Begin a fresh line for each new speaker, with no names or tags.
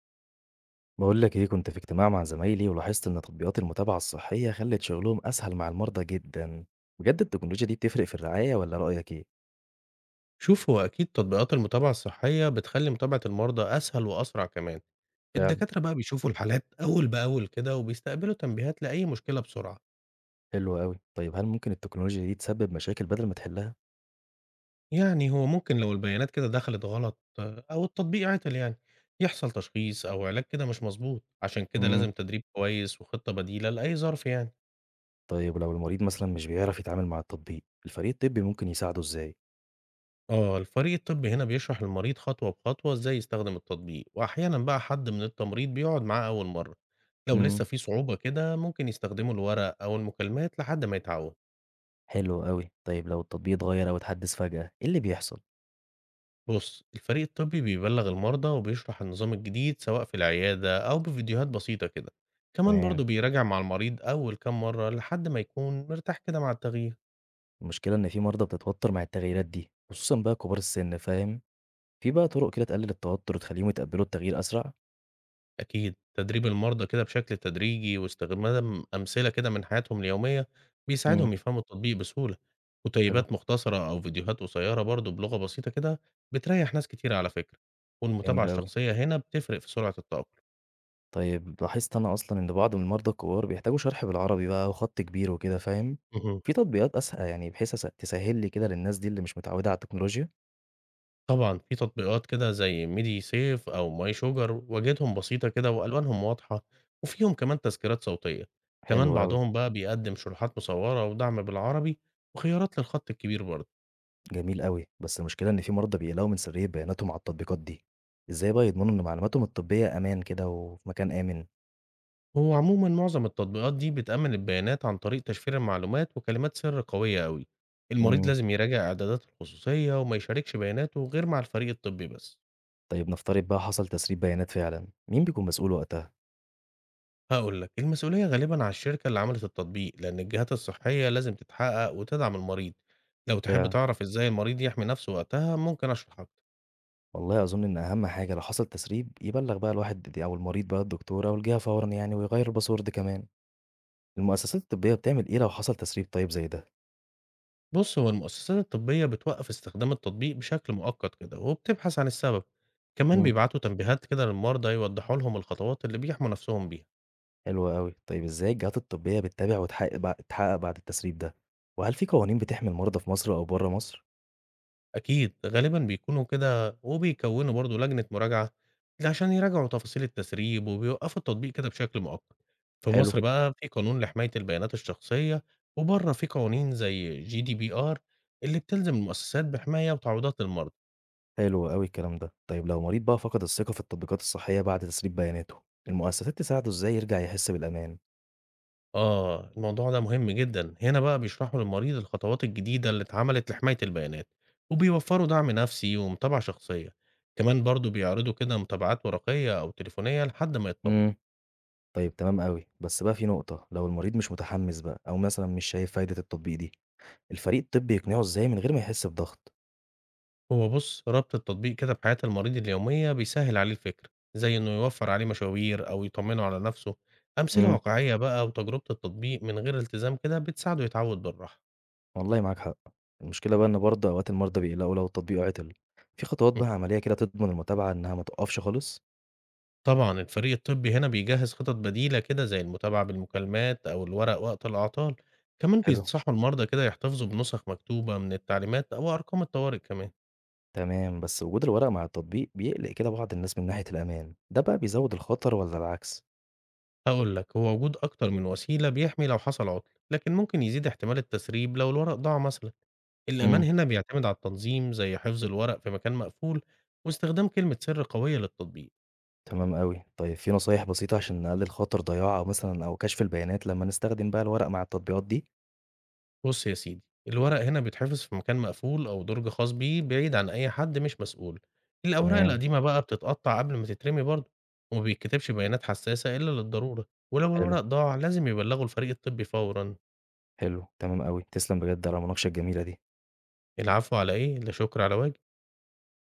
بقول لك ايه، كنت في اجتماع مع زمايلي ولاحظت ان تطبيقات المتابعة الصحية خلت شغلهم اسهل مع المرضى جدا. بجد التكنولوجيا دي بتفرق في الرعاية، ولا رأيك ايه؟
شوف هو أكيد تطبيقات المتابعة الصحية بتخلي متابعة المرضى أسهل وأسرع كمان.
فعلا.
الدكاترة بقى بيشوفوا الحالات أول بأول كده وبيستقبلوا تنبيهات لأي مشكلة بسرعة.
حلو قوي. طيب هل ممكن التكنولوجيا دي تسبب مشاكل بدل ما تحلها؟
يعني هو ممكن لو البيانات كده دخلت غلط أو التطبيق عطل يعني يحصل تشخيص أو علاج كده مش مظبوط. عشان كده
امم
لازم تدريب كويس وخطة بديلة لأي ظرف يعني.
طيب لو المريض مثلا مش بيعرف يتعامل مع التطبيق، الفريق الطبي ممكن يساعده ازاي؟
آه، الفريق الطبي هنا بيشرح للمريض خطوة بخطوة ازاي يستخدم التطبيق، وأحيانا بقى حد من التمريض بيقعد معاه أول مرة. لو
امم
لسه في صعوبة كده ممكن يستخدموا الورق أو المكالمات لحد ما يتعود.
حلو قوي. طيب لو التطبيق اتغير او اتحدث فجأة، ايه اللي بيحصل؟
بص، الفريق الطبي بيبلغ المرضى وبيشرح النظام الجديد سواء في العيادة أو بفيديوهات بسيطة كده. كمان
تمام.
برضه بيراجع مع المريض أول كام مرة لحد ما يكون مرتاح كده مع التغيير.
المشكلة ان في مرضى بتتوتر مع التغييرات دي، خصوصا بقى كبار السن، فاهم؟ في بقى طرق كده تقلل التوتر وتخليهم يتقبلوا التغيير اسرع؟
أكيد، تدريب المرضى كده بشكل تدريجي واستخدام أمثلة كده من حياتهم اليومية بيساعدهم يفهموا التطبيق بسهولة.
حلو،
كتيبات مختصرة أو فيديوهات قصيرة برضه بلغة بسيطة كده بتريح ناس كتير على فكرة، والمتابعة
جميل أوي.
الشخصية هنا بتفرق في سرعة التأقلم.
طيب لاحظت أنا أصلًا إن بعض من المرضى الكبار بيحتاجوا شرح بالعربي بقى وخط كبير وكده، فاهم؟
اهم.
في تطبيقات أسه يعني بحيث أس تسهِّل لي كده للناس دي اللي مش متعودة على التكنولوجيا؟
طبعًا في تطبيقات كده زي ميدي سيف أو ماي شوجر، واجهتهم بسيطة كده وألوانهم واضحة، وفيهم كمان تذكيرات صوتية.
حلو
كمان
أوي،
بعضهم بقى بيقدم شروحات مصورة ودعم بالعربي، وخيارات للخط الكبير برضه.
جميل أوي. بس المشكلة إن في مرضى بيقلقوا من سرية بياناتهم على التطبيقات دي. إزاي بقى يضمنوا إن معلوماتهم الطبية أمان كده وفي مكان آمن؟
هو عمومًا معظم التطبيقات دي بتأمن البيانات عن طريق تشفير المعلومات وكلمات سر قوية أوي. المريض
إمم.
لازم يراجع إعدادات الخصوصية وما يشاركش بياناته غير مع الفريق الطبي بس.
طيب نفترض بقى حصل تسريب بيانات فعلًا، مين بيكون مسؤول وقتها؟
هاقول لك، المسؤولية غالبًا على الشركة اللي عملت التطبيق، لأن الجهات الصحية لازم تتحقق وتدعم المريض. لو تحب
فعلًا.
تعرف إزاي المريض يحمي نفسه وقتها ممكن أشرح أكتر.
والله أظن إن أهم حاجة لو حصل تسريب يبلَّغ بقى الواحد أو المريض بقى الدكتور أو الجهة فورًا يعني، ويغيّر الباسورد كمان. المؤسسات الطبية بتعمل إيه لو حصل تسريب طيب زي ده؟
بُص، هو المؤسسات الطبية بتوقف استخدام التطبيق بشكل مؤقت كده وبتبحث عن السبب. كمان
إمم.
بيبعتوا تنبيهات كده للمرضى يوضحوا لهم الخطوات اللي بيحموا نفسهم بيها.
حلو أوي، طيب إزاي الجهات الطبية بتتابع وتحقق تحقق بعد التسريب ده؟ وهل في قوانين بتحمي المرضى في مصر أو برّه مصر؟
أكيد، غالبًا بيكونوا كده وبيكوّنوا برضه لجنة مراجعة عشان يراجعوا تفاصيل التسريب، وبيوقّفوا التطبيق كده بشكل مؤقت. في
حلو.
مصر بقى في قانون لحماية البيانات الشخصية، وبره في قوانين زي GDPR اللي بتلزم المؤسسات بحماية وتعويضات للمرضى.
حلو أوي الكلام ده. طيب لو مريض بقى فقد الثقة في التطبيقات الصحية بعد تسريب بياناته، المؤسسات تساعده إزاي يرجع يحس بالأمان؟
آه، الموضوع ده مهم جدًا. هنا بقى بيشرحوا للمريض الخطوات الجديدة اللي اتعملت لحماية البيانات، وبيوفّروا دعم نفسي ومتابعة شخصية. كمان برضه بيعرضوا كده متابعات ورقية أو تليفونية لحد ما يتطمن.
إمم. طيب تمام أوي، بس بقى في نقطة، لو المريض مش متحمس بقى أو مثلًا مش شايف فايدة التطبيق دي، الفريق الطبي يقنعه إزاي من غير ما يحس بضغط؟
هو بُص، ربط التطبيق كده بحياة المريض اليومية بيسهّل عليه الفكر، زي إنه يوفّر عليه مشاوير أو يطمّنه على نَفْسه. أمثلة
إمم.
واقعية بقى وتجربة التطبيق من غير التزام كده بتساعده يتعوّد بالراحة.
والله معاك حق. المشكلة بقى إن برضه أوقات المرضى بيقلقوا لو التطبيق عطل. في خطوات
إمم،
بقى عملية كده تضمن المتابعة إنها ما توقفش خالص؟
طبعًا الفريق الطبّي هنا بيجهّز خطط بديلة كده زي المتابعة بالمكالمات أو الورق وقت الأعطال. كمان
حلو.
بينصحوا المرضى كده يحتفظوا بنسخ مكتوبة من التعليمات أو أرقام الطوارئ كمان.
تمام. بس وجود الورق مع التطبيق بيقلق كده بعض الناس من ناحية الأمان. ده بقى بيزود الخطر ولا العكس؟
هاقول لك، هو وجود أكتر من وسيلة بيحمي لو حصل عُطل، لكن ممكن يزيد احتمال التسريب لو الورق ضاع مثلًا. الأمان
امم
هنا بيعتمد على التنظيم، زي حفظ الورق في مكان مقفول واستخدام كلمة سر قوية للتطبيق.
تمام أوي. طيب في نصايح بسيطة عشان نقلل خطر ضياع أو مثلا أو كشف البيانات لما نستخدم بقى الورق مع التطبيقات دي؟
بص يا سيدي، الورق هنا بيتحفظ في مكان مقفول أو درج خاص بيه بعيد عن أي حد مش مسؤول. الأوراق
تمام.
القديمة بقى بتتقطع قبل ما تترمي برضه، وما بيتكتبش بيانات حساسة إلا للضرورة. ولو
حلو،
الورق
حلو.
ضاع لازم يبلغوا الفريق الطبي فورا.
حلو تمام أوي. تسلم بجد على المناقشة الجميلة دي.
العفو، على إيه؟ لا شكر على واجب.